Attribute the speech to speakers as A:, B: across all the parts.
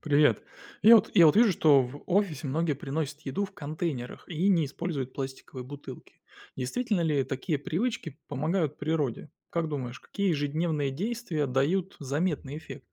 A: Привет. Я вот вижу, что в офисе многие приносят еду в контейнерах и не используют пластиковые бутылки. Действительно ли такие привычки помогают природе? Как думаешь, какие ежедневные действия дают заметный эффект?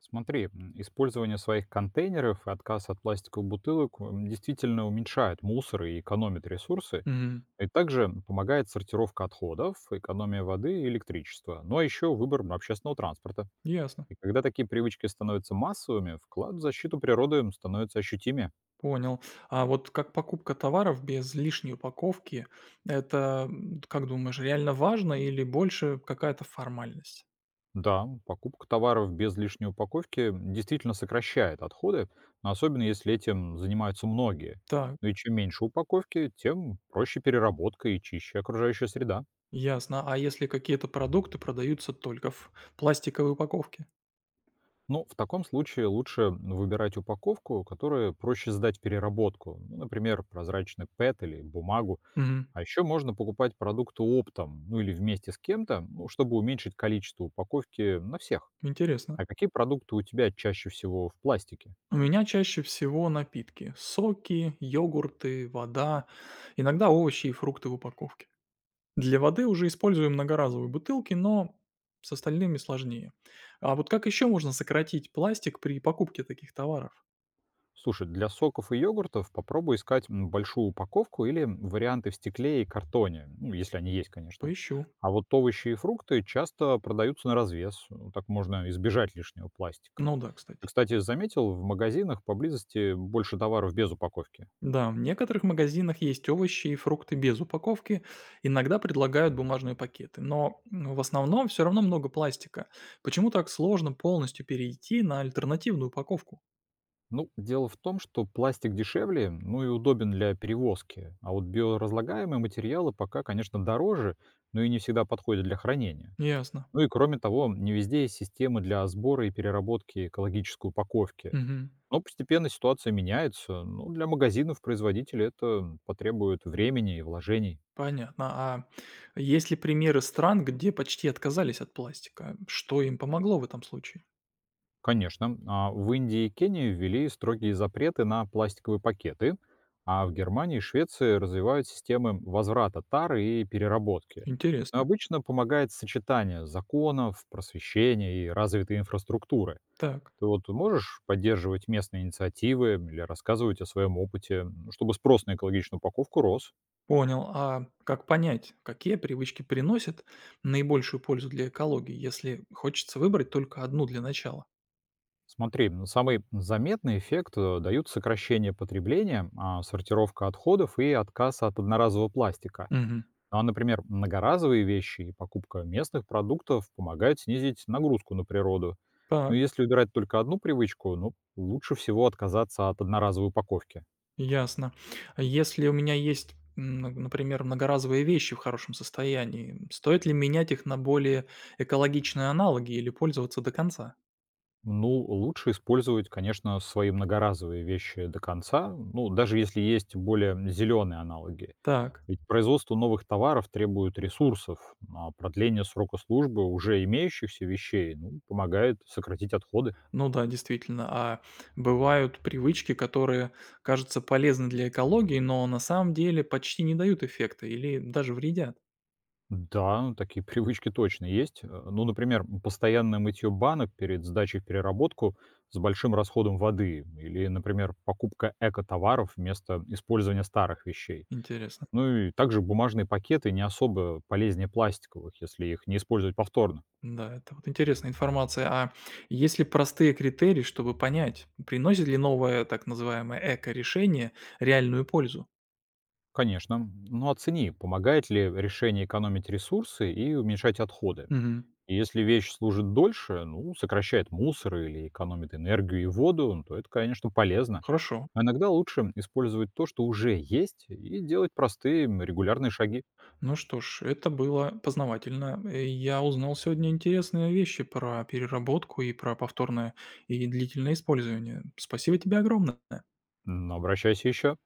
B: Смотри, использование своих контейнеров и отказ от пластиковых бутылок действительно уменьшает мусор и экономит ресурсы.
A: Мгм.
B: И также помогает сортировка отходов, экономия воды и электричества. Ну а еще выбор общественного транспорта.
A: Ясно.
B: И когда такие привычки становятся массовыми, вклад в защиту природы становится ощутимее.
A: Понял. А вот как покупка товаров без лишней упаковки, как думаешь, реально важно или больше какая-то формальность?
B: Да, покупка товаров без лишней упаковки действительно сокращает отходы, но особенно если этим занимаются многие.
A: Так,
B: Ну и чем меньше упаковки, тем проще переработка и чище окружающая среда.
A: ясно. А если какие-то продукты продаются только в пластиковой упаковке?
B: Ну, в таком случае лучше выбирать упаковку, которую проще сдать в переработку. Ну, например, прозрачный ПЭТ или бумагу.
A: Мгм.
B: А еще можно покупать продукты оптом, ну или вместе с кем-то, ну, чтобы уменьшить количество упаковки на всех.
A: Интересно.
B: А какие продукты у тебя чаще всего в пластике?
A: У меня чаще всего напитки: соки, йогурты, вода, иногда овощи и фрукты в упаковке. Для воды уже использую многоразовые бутылки, но с остальными сложнее. А вот как еще можно сократить пластик при покупке таких товаров?
B: Слушай, для соков и йогуртов попробуй искать большую упаковку или варианты в стекле и картоне, ну, если они есть, конечно.
A: Поищу.
B: А вот овощи и фрукты часто продаются на развес, ну, так можно избежать лишнего пластика.
A: Ну да,
B: Ты,
A: кстати.
B: кстати, заметил, в магазинах поблизости больше товаров без упаковки.
A: Да, в некоторых магазинах есть овощи и фрукты без упаковки, иногда предлагают бумажные пакеты, в основном все равно много пластика. Почему так сложно полностью перейти на альтернативную упаковку?
B: Ну, дело в том, что пластик дешевле, ну и удобен для перевозки, а вот биоразлагаемые материалы пока, конечно, дороже, но и не всегда подходят для хранения.
A: Ясно.
B: Ну и кроме того, не везде есть системы для сбора и переработки экологической упаковки.
A: Мгм.
B: Но постепенно ситуация меняется. Ну, для магазинов производителей это потребует времени и вложений.
A: Понятно. А есть ли примеры стран, где почти отказались от пластика? Что им помогло в этом случае?
B: Конечно, а в Индии и Кении ввели строгие запреты на пластиковые пакеты, а в Германии и Швеции развивают системы возврата тары и переработки. Но
A: Интересно.
B: обычно помогает сочетание законов, просвещения и развитой инфраструктуры.
A: Так,
B: Ты вот можешь поддерживать местные инициативы или рассказывать о своем опыте, ну, чтобы спрос на экологичную упаковку рос?
A: понял. А как понять, какие привычки приносят наибольшую пользу для экологии, если хочется выбрать только одну для начала?
B: Смотри, ну, самый заметный эффект дают сокращение потребления, а, сортировка отходов и отказ от одноразового пластика.
A: Мгм.
B: Ну, а, например, многоразовые вещи и покупка местных продуктов помогают снизить нагрузку на природу. Но
A: Так,
B: если убирать только одну привычку, ну, лучше всего отказаться от одноразовой упаковки.
A: ясно. А если у меня есть, ну, например, многоразовые вещи в хорошем состоянии, стоит ли менять их на более экологичные аналоги или пользоваться до конца?
B: Ну, лучше использовать, конечно, свои многоразовые вещи до конца, ну, даже если есть более зеленые аналоги.
A: Так.
B: Ведь производство новых товаров требует ресурсов, а продление срока службы уже имеющихся вещей ну, помогает сократить отходы.
A: Ну да, действительно. А бывают привычки, которые кажутся полезны для экологии, но на самом деле почти не дают эффекта или даже вредят.
B: Да, такие привычки точно есть. Ну, например, постоянное мытье банок перед сдачей в переработку с большим расходом воды или, например, покупка эко-товаров вместо использования старых вещей.
A: Интересно.
B: Ну и также бумажные пакеты не особо полезнее пластиковых, если их не использовать повторно.
A: Да, это вот интересная информация. А есть ли простые критерии, чтобы понять, приносит ли новое так называемое эко-решение реальную пользу?
B: Конечно. Но оцени, помогает ли решение экономить ресурсы и уменьшать отходы.
A: Мгм.
B: И если вещь служит дольше, ну, сокращает мусор или экономит энергию и воду, ну, то это, конечно, полезно.
A: Хорошо.
B: А иногда лучше использовать то, что уже есть, и делать простые регулярные шаги.
A: Ну что ж, это было познавательно. Я узнал сегодня интересные вещи про переработку и про повторное и длительное использование. Спасибо тебе огромное.
B: Но обращайся еще.